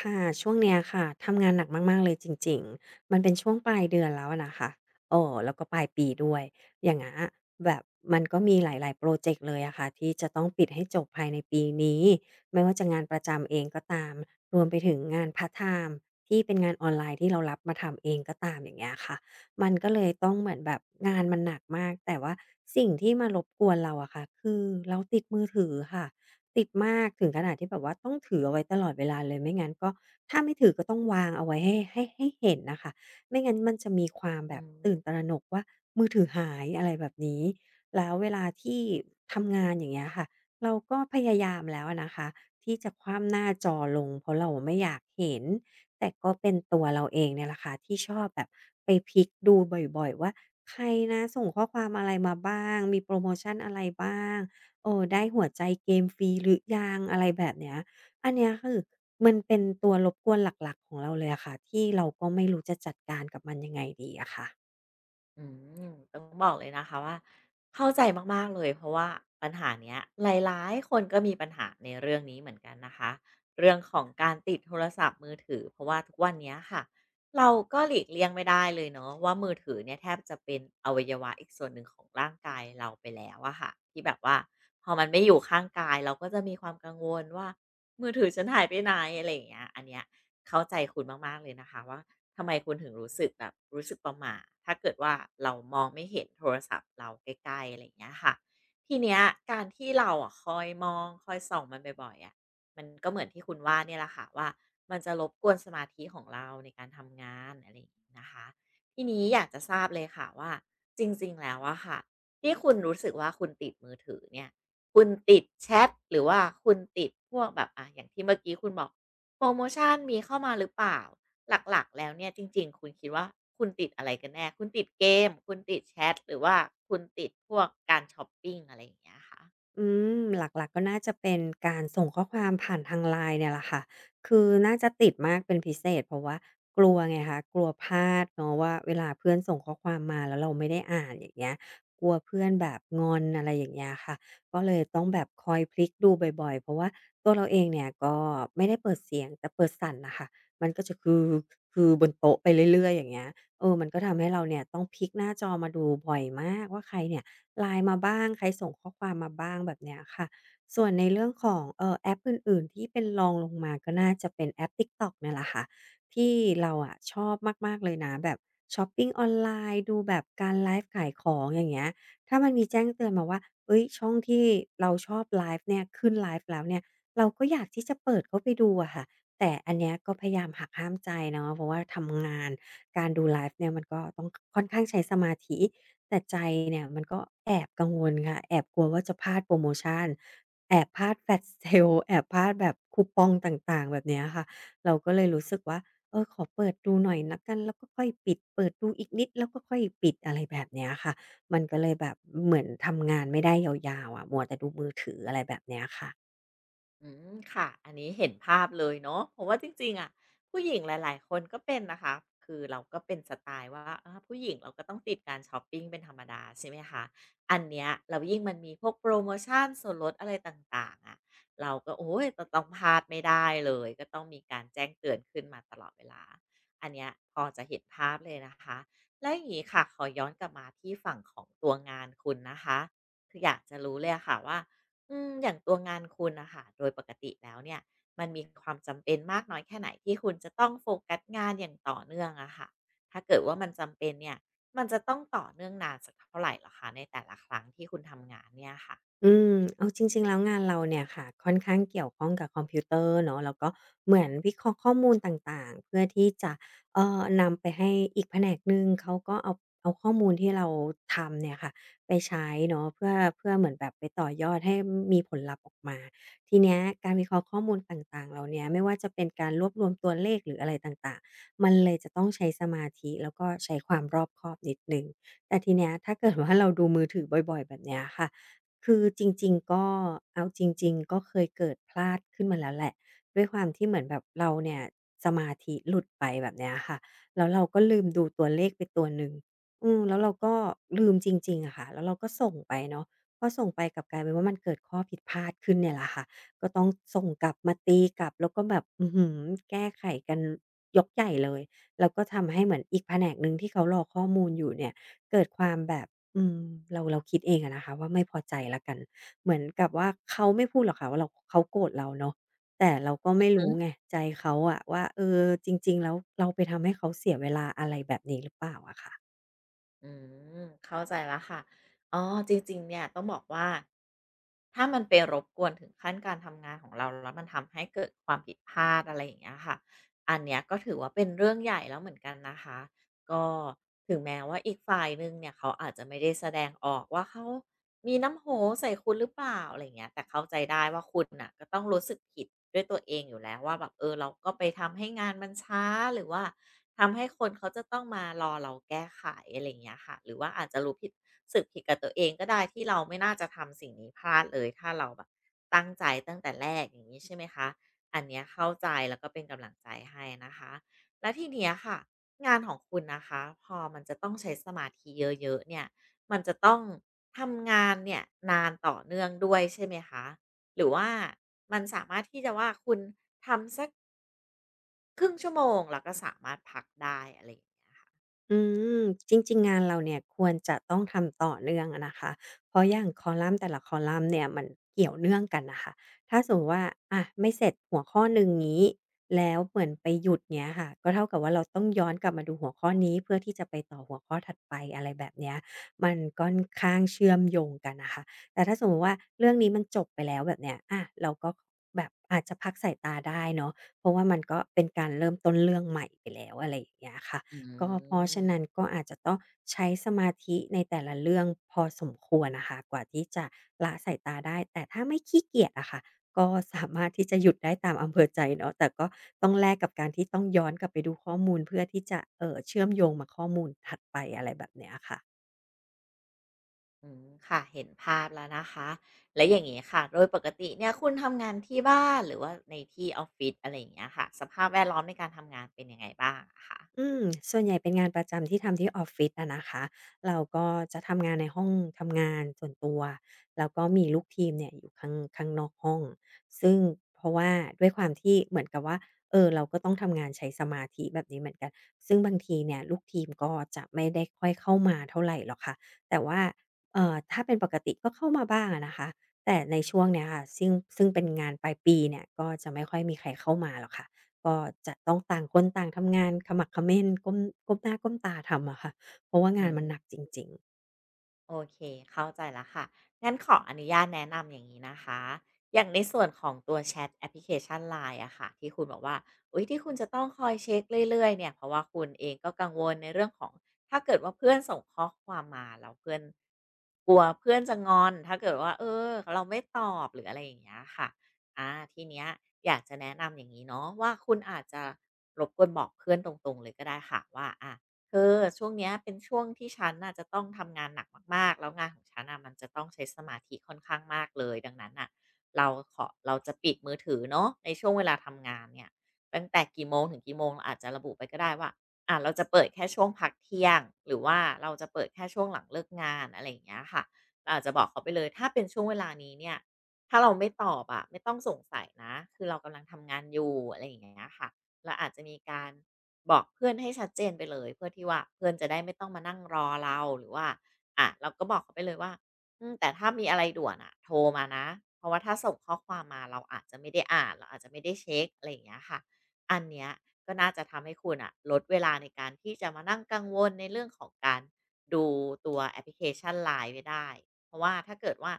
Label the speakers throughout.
Speaker 1: ค่ะช่วงเนี้ยค่ะทำงานหนักมากๆเลยจริงๆมันเป็นช่วงปลายเดือนแล้วอะนะคะเออแล้วก็ปลายปีด้วยอย่างเงี้ยแบบมันก็มีหลายๆพรอเจกต์เลยอะค่ะที่จะต้องปิดให้จบภายในปีนี้ไม่ว่าจะงานประจำเองก็ตามรวมไปถึงงานพาร์ตไทม์ที่เป็นงานออนไลน์ที่เรารับมาทำเองก็ตามอย่างเงี้ยค่ะมันก็เลยต้องเหมือนแบบงานมันหนักมากแต่ว่าสิ่งที่มารบกวนเราอะค่ะคือเราติดมือถือค่ะ ติดมากถึงขนาดที่แบบว่าต้องถือเอาไว้ตลอดเวลาเลยไม่งั้นก็ถ้าไม่ถือก็ต้องวางเอาไว้ให้เห็นน่ะค่ะไม่งั้นมันจะมีความแบ
Speaker 2: อื
Speaker 1: บตื่นต
Speaker 2: ม
Speaker 1: ระหนกว่ามือถือหายอะไรแบบนี้แล้วเวลาที่ทำงานอย่างเงี้ยค่ะเราก็พยายามแล้วอะนะคะที่จะขว้ำหน้าจอลงเพราะเราไม่อยากเห็นแต่ก็เป็นตัวเราเองเนี่ยแหละค่ะที่ชอบแบบไปพลิกดูบ่อยๆว่าใครนะส่งข้อความอะไรมาบ้างมีโพรโมชันอะไรบ้าง เออได้หัวใจเกมฟรีหรือยังอะไรแบบเนี้ยอันเนี้ยคือมันเป็นตัวรบกวนหลักๆของเราเลยอะค่ะที่เราก็ไม่รู้จะจัดการกับมันยังไงดีอะค่ะ
Speaker 2: อืมต้องบอกเลยนะคะว่าเข้าใจมากๆเลยเพราะว่าปัญหาเนี้ยหลายๆคนก็มีปัญหาในเรื่องนี้เหมือนกันนะคะเรื่องของการติดโทรศัพท์มือถือเพราะว่าทุกวันเนี้ยค่ะเราก็หลีกเลี่ยงไม่ได้เลยเนาะว่ามือถือเนี่ยแทบจะเป็นอวัยวะอีกส่วนหนึ่งของร่างกายเราไปแล้วอะค่ะที่แบบว่าพอมันไม่อยู่ข้างกายเราก็จะมีความกังวลว่ามือถือฉันหายไปไหนอะไรอย่างเงี้ยอันเนี้ยเข้าใจคุณมากๆเลยนะคะว่า ทำไมคุณถึงรู้สึกแบบรู้สึกประหม่าถ้าเกิดว่าเรามองไม่เห็นโทรศัพท์เราใกล้ๆอะไรอย่างเงี้ยค่ะทีเนี้ยการที่เราอะคอยมองคอยส่องมันบ่อยๆอะมันก็เหมือนที่คุณว่าเนี่ยแหละค่ะว่ามันจะรบกวนสมาธิของเราในการทำงานอะไรอย่างนี้นะคะทีนี้อยากจะทราบเลยค่ะว่าจริงๆแล้วอะค่ะที่คุณรู้สึกว่าคุณติดมือถือเนี่ยคุณติดแชทหรือว่าคุณติดพวกแบบอะอย่างที่เมื่อกี้คุณบอกโปรโมชันมีเข้ามาหรือเปล่า หลักๆ แล้วเนี่ยจริงๆ คุณคิดว่าคุณติดอะไรกันแน่ คุณติดเกม คุณติดแชท หรือว่าคุณติดพวกการช็อปปิ้งอะไรอย่างเงี้ยคะ
Speaker 1: อืมหลักๆก็น่าจะเป็นการส่งข้อความผ่านทาง LINE เนี่ยแหละค่ะคือน่าจะติดมากเป็นพิเศษเพราะว่ากลัวไงคะกลัวพลาดเนาะว่าเวลาเพื่อนส่งข้อความมาแล้วเราไม่ได้อ่านอย่างเงี้ยกลัวเพื่อนแบบงอนอะไรอย่างเงี้ยค่ะก็เลยต้องแบบคอยพลิกดูบ่อยๆเพราะว่าตัวเราเองเนี่ยก็ไม่ได้เปิดเสียงแต่เปิดสั่นนะคะมันก็จะคือบนโต๊ะไปเรื่อยๆอย่างเงี้ยเออมันก็ทำให้เราเนี่ยต้องพลิกหน้าจอมาดูบ่อยมากว่าใครเนี่ย LINE มาบ้างใครส่งข้อความมาบ้างแบบเนี้ยค่ะส่วนในเรื่องของแอปอื่นๆที่เป็นรองลงมาก็น่าจะเป็นแอป TikTok เนี่ยแหละค่ะที่เราอะชอบมากๆเลยนะแบบช็อปปิงออนไลน์ดูแบบการไลฟ์ขายของอย่างเงี้ยถ้ามันมีแจ้งเตือนมาว่าเฮ้ยช่องที่เราชอบไลฟ์เนี่ยขึ้นไลฟ์แล้วเนี่ยเราก็อยากที่จะเปิดเข้าไปดูอะค่ะแต่อันเนี้ยก็พยายามหักห้ามใจเนาะเพราะว่าทำงานการดูไลฟ์เนี่ยมันก็ต้องค่อนข้างใช้สมาธิ แต่ใจเนี่ยมันก็แอบกังวลค่ะแอบกลัวว่าจะพลาดโพรโมชันแอบพลาด flash sale แอบพลาดแบบคูปองต่างๆแบบเนี้ยค่ะเราก็เลยรู้สึกว่าเออขอเปิดดูหน่อยแล้วกันแล้วก็ค่อยปิดเปิดดูอีกนิดแล้วก็ค่อยปิดอะไรแบบเนี้ยค่ะมันก็เลยแบบเหมือนทำงานไม่ได้ยาวๆอะมัวแต่ดูมือถืออะไรแบบเนี้ยค่ะ
Speaker 2: อืมค่ะอันนี้เห็นภาพเลยเนาะเพราะว่าจริงๆอะผู้หญิงหลายๆคนก็เป็นนะคะคือเราก็เป็นสไตล์ว่าอาผู้หญิงเราก็ต้องติดการชอปปิงเป็นธรรมดาใช่ไหมคะอันเนี้ยแล้วยิ่งมันมีพวกโปรโมชันส่วนลดอะไรต่างๆอะเราก็โอ้โต้องพลาดไม่ได้เลยก็ต้องมีการแจ้งเตือนขึ้นมาตลอดเวลาอันเนี้ยพอจะเห็นภาพเลยนะคะและอย่างนี้ค่ะขอย้อนกลับมาที่ฝั่งของตัวงานคุณนะคะคืออยากจะรู้เลยอะค่ะว่า อืมอย่างตัวงานคุณนะคะโดยปกติแล้วเนี่ยมันมีความจำเป็นมากน้อยแค่ไหนที่คุณจะต้องโฟกัสงานอย่างต่อเนื่องอะค่ะถ้าเกิดว่ามันจำเป็นเนี่ยมันจะต้องต่อเนื่องนานสักเท่าไหรเหรอคะในแต่ละครั้งที่คุณทำงานเนี่ยค่ะ
Speaker 1: อืมเอาจริงๆแล้วงานเราเนี่ยค่ะค่อนข้างเกี่ยวข้องกับคอมพิวเตอร์เนาะแล้วก็เหมือนวิเคราะห์ข้อมูลต่างๆเพื่อที่จะนำไปให้อีกแผนกหนึ่งเขาก็เอาข้อมูลที่เราทำเนี่ยค่ะไปใช้เนาะเพื่อเหมือนแบบไปต่อยอดให้มีผลลัพธ์ออกมาทีเนี้ยการวิเคราะห์ข้อมูลต่างๆเหล่าเนี้ยไม่ว่าจะเป็นการรวบรวมตัวเลขหรืออะไรต่างๆมันเลยจะต้องใช้สมาธิแล้วก็ใช้ความรอบคอบนิดหนึ่งแต่ทีเนี้ยถ้าเกิดว่าเราดูมือถือบ่อยๆแบบเนี้ยค่ะ คือจริงๆก็เอาจริงๆก็เคยเกิดพลาดขึ้นมาแล้วแหละด้วยความที่เหมือนแบบเราเนี่ยสมาธิหลุดไปแบบเนี้ยค่ะแล้วเราก็ลืมดูตัวเลขไปตัวหนึ่งอืมแล้วเราก็ลืมจริงๆอะค่ะแล้วเราก็ส่งไปเนาะพอส่งไปกลับกลายเป็นว่ามันเกิดข้อผิดพลาดขึ้นเนี่ยแหละค่ะก็ต้องส่งกลับมาตีกลับแล้วก็แบบอื้อฮือแก้ไขกันยกใหญ่เลยแล้วก็ทำให้เหมือนอีกแผนกหนึ่งที่เขารอข้อมูลอยู่เนี่ยเกิดความแบบ อืมเราคิดเองอะนะคะว่าไม่พอใจแล้วกันเหมือนกับว่าเขาไม่พูดหรอกค่ะว่าเราเขาโกรธเราเนาะแต่เราก็
Speaker 2: อ
Speaker 1: ไม่
Speaker 2: ืม
Speaker 1: รู้ไงใจเขาอะว่าเออจริงๆแล้วเราไปทำให้เขาเสียเวลาอะไรแบบนี้หรือเปล่าอะค่ะ
Speaker 2: อืมเข้าใจแล้วค่ะอ๋อจริงๆเนี่ยต้องบอกว่าถ้ามันไปรบกวนถึงขั้นการทำงานของเราแล้วมันทำให้เกิดความผิดพลาดอะไรอย่างเงี้ยค่ะอันเนี้ยก็ถือว่าเป็นเรื่องใหญ่แล้วเหมือนกันนะคะ ก็ถึงแม้ว่าอีกฝ่ายหนึ่งเนี่ยเขาอาจจะไม่ได้แสดงออกว่าเขามีน้ำโหใส่คุณหรือเปล่าอะไรเงี้ยแต่เข้าใจได้ว่าคุณน่ะก็ต้องรู้สึกผิดด้วยตัวเองอยู่แล้วว่าแบบเออเราก็ไปทำให้งานมันช้าหรือว่าทำให้คนเขาจะต้องมารอเราแก้ไขอะไรยเงี้ยค่ะหรือว่าอาจจะรู้ผิดสึกผิดกับตัวเองก็ได้ที่เราไม่น่าจะทำสิ่งนี้พลาดเลยถ้าเราแบบตั้งใจตั้งแต่แรกอย่างนี้ใช่ไหมคะอันเนี้ยเข้าใจแล้วก็เป็นกำลังใจให้นะคะ แล้วทีเนี้ยค่ะงานของคุณนะคะพอมันจะต้องใช้สมาธิเยอะๆเนี่ยมันจะต้องทำงานเนี่ยนานต่อเนื่องด้วยใช่ไหมคะหรือว่ามันสามารถที่จะว่าคุณทำสักครึ่งชั่วโมงแล้วก็สามารถพักได้อะไรอย่างเงี้ย
Speaker 1: อืมจริงๆงานเราเนี่ยควรจะต้องทำต่อเนื่องอะนะคะเพราะอย่างคอลัมน์แต่ละคอลัมน์เนี่ยมันเกี่ยวเนื่องกันน่ะค่ะถ้าสมมุติว่าอะไม่เสร็จหัวข้อหนึ่งงี้แล้วเหมือนไปหยุดเงี้ยค่ะก็เท่ากับว่าเราต้องย้อนกลับมาดูหัวข้อนี้เพื่อที่จะไปต่อหัวข้อถัดไปอะไรแบบเนี้ยมันก่อนข้างเชื่อมโยงกันน่ะค่ะแต่ถ้าสมมุติว่าเรื่องนี้มันจบไปแล้วแบบเนี้ยอะเราก็แบบอาจจะพักสายตาได้เนาะเพราะว่ามันก็เป็นการเริ่มต้นเรื่องใหม่ไปแล้วอะไรอย่างเงี้ยค่ะ
Speaker 2: อื
Speaker 1: ก็เพราะฉะนั้น
Speaker 2: ม
Speaker 1: ก็อาจจะต้องใช้สมาธิในแต่ละเรื่องพอสมควรนะคะกว่าที่จะละสายตาได้แต่ถ้าไม่ขี้เกียจอะค่ะก็สามารถที่จะหยุดได้ตามอำเภอใจเนาะแต่ก็ต้องแลกกับการที่ต้องย้อนกลับไปดูข้อมูลเพื่อที่จะเชื่อมโยงมาข้อมูลถัดไปอะไรแบบเนี้ยค่ะ
Speaker 2: อืมค่ะเห็นภาพแล้วนะคะแล้วอย่างงี้ค่ะโดยปกติเนี่ยคุณทำงานที่บ้านหรือว่าในที่ออฟฟิศอะไรอย่างเงี้ยค่ะสภาพแวดล้อมในการทำงานเป็นยังไงบ้างอะคะ
Speaker 1: อืมส่วนใหญ่เป็นงานประจำที่ทำที่ออฟฟิศอะนะคะ เราก็จะทำงานในห้องทำงานส่วนตัวแล้วก็มีลูกทีมเนี่ยอยู่ข้างนอกห้อง ซึ่งเพราะว่าด้วยความที่เหมือนกับว่าเออเราก็ต้องทำงานใช้สมาธิแบบนี้เหมือนกัน ซึ่งบางทีเนี่ยลูกทีมก็จะไม่ได้ค่อยเข้ามาเท่าไหร่หรอกค่ะ แต่ว่าถ้าเป็นปกติก็เข้ามาบ้างอะนะคะ แต่ในช่วงเนี้ยค่ะซึ่งเป็นงานปลายปีเนี่ยก็จะไม่ค่อยมีใครเข้ามาหรอกค่ะ ก็จะต้องต่างคนต่างทำงานขมักเขม้นก้มหน้าก้มตาทำอะค่ะเพราะว่า
Speaker 2: อื
Speaker 1: งานมัน
Speaker 2: ม
Speaker 1: หนักจริงๆ
Speaker 2: โอเคเข้าใจแล้วค่ะงั้นขออนุญาตแนะนำอย่างนี้นะคะอย่างในส่วนของตัวแชทแอปพลิเคชันไลน์อะค่ะที่คุณบอกว่าอุ๊ยที่คุณจะต้องคอยเช็คเรื่อยๆเนี่ยเพราะว่าคุณเองก็กังวลในเรื่องของถ้าเกิดว่าเพื่อนส่งข้อความมาแล้วเพื่อนกลัวเพื่อนจะงอนถ้าเกิดว่าเออเราไม่ตอบหรืออะไรอย่างเงี้ยค่ะอาทีเนี้ยอยากจะแนะนำอย่างงี้เนาะว่าคุณอาจจะรบกวนบอกเพื่อนตรงๆเลยก็ได้ค่ะว่าอา เธอช่วงเนี้ยเป็นช่วงที่ฉันน่ะจะต้องทำงานหนักมากๆแล้วงานของฉันน่ะมันจะต้องใช้สมาธิค่อนข้างมากเลยดังนั้นน่ะเราเราจะปิดมือถือเนาะในช่วงเวลาทำงานเนี่ยตั้งแต่กี่โมงถึงกี่โมงเราอาจจะระบุไปก็ได้ว่าเราจะเปิดแค่ช่วงพักเที่ยงหรือว่าเราจะเปิดแค่ช่วงหลังเลิกงานอะไรอย่างเงี้ยค่ะเราอาจจะบอกเขาไปเลยถ้าเป็นช่วงเวลานี้เนี่ยถ้าเราไม่ตอบอะไม่ต้องสงสัยนะคือเรากำลังทำงานอยู่อะไรอย่างเงี้ยค่ะเราอาจจะมีการ บอกเพื่อนให้ชัดเจนไปเลยเพื่อที่ว่าเพื่อนจะได้ไม่ต้องมานั่งรอเราหรือว่าอ่ะเราก็บอกเขาไปเลยว่าแต่ถ้ามีอะไรด่วนอะโทรมานะเพราะว่าถ้าส่งข้อความมาเราอาจจะไม่ได้อ่านเราอาจจะไม่ได้เช็คอะไรอย่างเงี้ยค่ะอันเนี้ยก็น่าจะทำให้คุณอะลดเวลาในการที่จะมานั่งกังวลในเรื่องของการดูตัวแอปพลิเคชันไ i น e ไว้ได้เพราะว่าถ้าเกิดว่า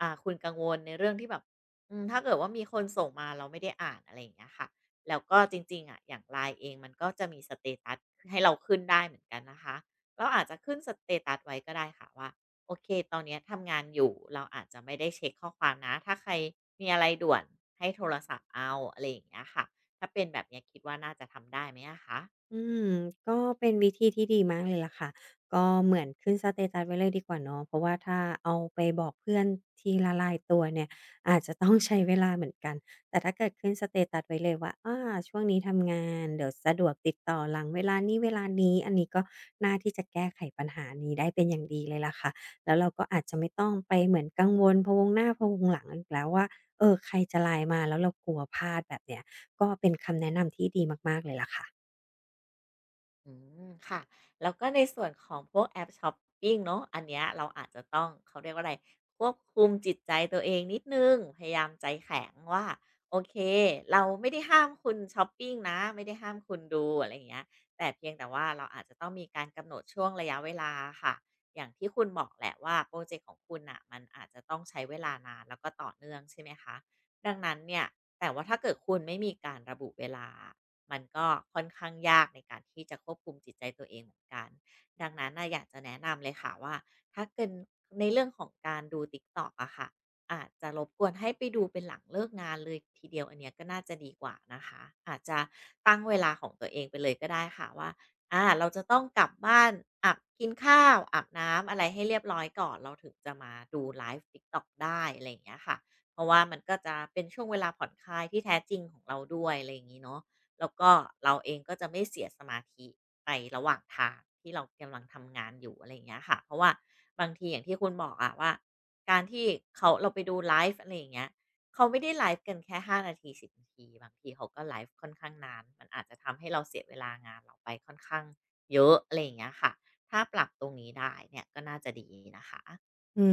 Speaker 2: คุณกังวลในเรื่องที่แบบถ้าเกิดว่ามีคนส่งมาเราไม่ได้อ่านอะไรอย่างเงี้ยค่ะ แล้วก็จริงๆอ่ะอย่างไลน์เองมันก็จะมีสเตตัสให้เราขึ้นได้เหมือนกันนะคะเราอาจจะขึ้นสเตตัสไว้ก็ได้ค่ะว่าโอเคตอนเนี้ยทำงานอยู่เราอาจจะไม่ได้เช็คข้อความนะถ้าใครมีอะไรด่วนให้โทรศัพท์เอาอะไรอย่างเงี้ยค่ะถ้าเป็นแบบเนี้ยคิดว่าน่าจะทำได้ไหมอะคะ
Speaker 1: อืมก็เป็นวิธีที่ดีมากเลยล่ะค่ะก็เหมือนขึ้นสเตตัสไว้เลยดีกว่าเนาะเพราะว่าถ้าเอาไปบอกเพื่อนทีละรายตัวเนี่ยอาจจะต้องใช้เวลาเหมือนกันแต่ถ้าเกิดขึ้นสเตตัสไว้เลยว่าอาช่วงนี้ทำงานเดี๋ยวสะดวกติดต่อหลังเวลานี้เวลานี้อันนี้ก็น่าที่จะแก้ไขปัญหานี้ได้เป็นอย่างดีเลยล่ะค่ะแล้วเราก็อาจจะไม่ต้องไปเหมือนกังวลพะวงหน้าพะวงหลังอีกแล้วว่าเออใครจะไลน์มาแล้วเรากลัวพลาดแบบเนี้ยก็เป็นคำแนะนำที่ดีมากๆเลยล่ะค่ะ
Speaker 2: อืมค่ะแล้วก็ในส่วนของพวกแอปช้อปปิงเนาะอันเนี้ยเราอาจจะต้องเขาเรียกว่าอะไรควบคุมจิตใจตัวเองนิดนึงพยายามใจแข็งว่าโอเคเราไม่ได้ห้ามคุณช้อปปิงนะไม่ได้ห้ามคุณดูอะไรอย่างเงี้ยแต่เพียงแต่ว่าเราอาจจะต้องมีการกำหนดช่วงระยะเวลาค่ะอย่างที่คุณบอกแหละว่าโปรอเจกต์ของคุณอ่ะมันอาจจะต้องใช้เวลานานแล้วก็ต่อเนื่องใช่ไหมคะดังนั้นเนี่ยแต่ว่าถ้าเกิดคุณไม่มีการระบุเวลา มันก็ค่อนข้างยากในการที่จะควบคุมจิตใจตัวเองเหมือนกันดังนั้นน่ะอยากจะแนะนำเลยค่ะว่าถ้าเกินในเรื่องของการดู TikTok อะค่ะอาจจะรบกวนให้ไปดูเป็นหลังเลิกงานเลยทีเดียวอันเนี้ยก็น่าจะดีกว่านะคะอาจจะตั้งเวลาของตัวเองไปเลยก็ได้ค่ะว่าอาเราจะต้องกลับบ้านอาบกินข้าวอาบน้ำอะไรให้เรียบร้อยก่อนเราถึงจะมาดูไลฟ์ TikTok ได้อะไรอย่างเงี้ยค่ะเพราะว่ามันก็จะเป็นช่วงเวลาผ่อนคลายที่แท้จริงของเราด้วยอะไรอย่างงี้เนาะ แล้วก็เราเองก็จะไม่เสียสมาธิไประหว่างทางที่เรากำลังทำงานอยู่อะไรอย่างเงี้ยค่ะเพราะว่าบางทีอย่างที่คุณบอกอะว่าการที่เราไปดูไลฟ์อะไรอย่างเงี้ยเขาไม่ได้ไลฟ์กันแค่5 นาที10 นาทีบางทีเขาก็ไลฟ์ค่อนข้างนานมันอาจจะทำให้เราเสียเวลางานเราไปค่อนข้างเยอะอะไรอย่างเงี้ยค่ะถ้าปรับตรงนี้ได้เนี่ยก็น่าจะดีนะคะ
Speaker 1: อื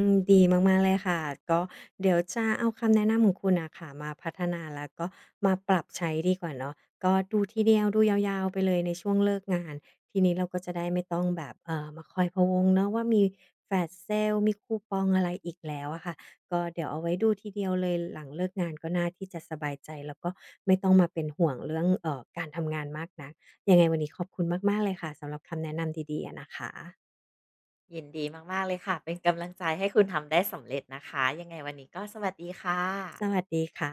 Speaker 1: มดีมากๆเลยค่ะก็เดี๋ยวจะเอาคำแนะนำของคุณน่ะค่ะมาพัฒนาแล้วก็มาปรับใช้ดีกว่าเนาะก็ดูทีเดียวดูยาวๆไปเลยในช่วงเลิกงานทีนี้เราก็จะได้ไม่ต้องแบบมาคอยพะวงเนาะว่ามีแฟลชเซลมีคูปองอะไรอีกแล้วอะค่ะก็เดี๋ยวเอาไว้ดูทีเดียวเลยหลังเลิกงานก็น่าที่จะสบายใจแล้วก็ไม่ต้องมาเป็นห่วงเรื่องการทำงานมากนักยังไงวันนี้ขอบคุณมากๆเลยค่ะสำหรับคำแนะนำดีๆอะนะคะ
Speaker 2: ยินดีมากๆเลยค่ะเป็นกำลังใจให้คุณทำได้สำเร็จนะคะยังไงวันนี้ก็สวัสดีค่ะ
Speaker 1: สวัสดีค่ะ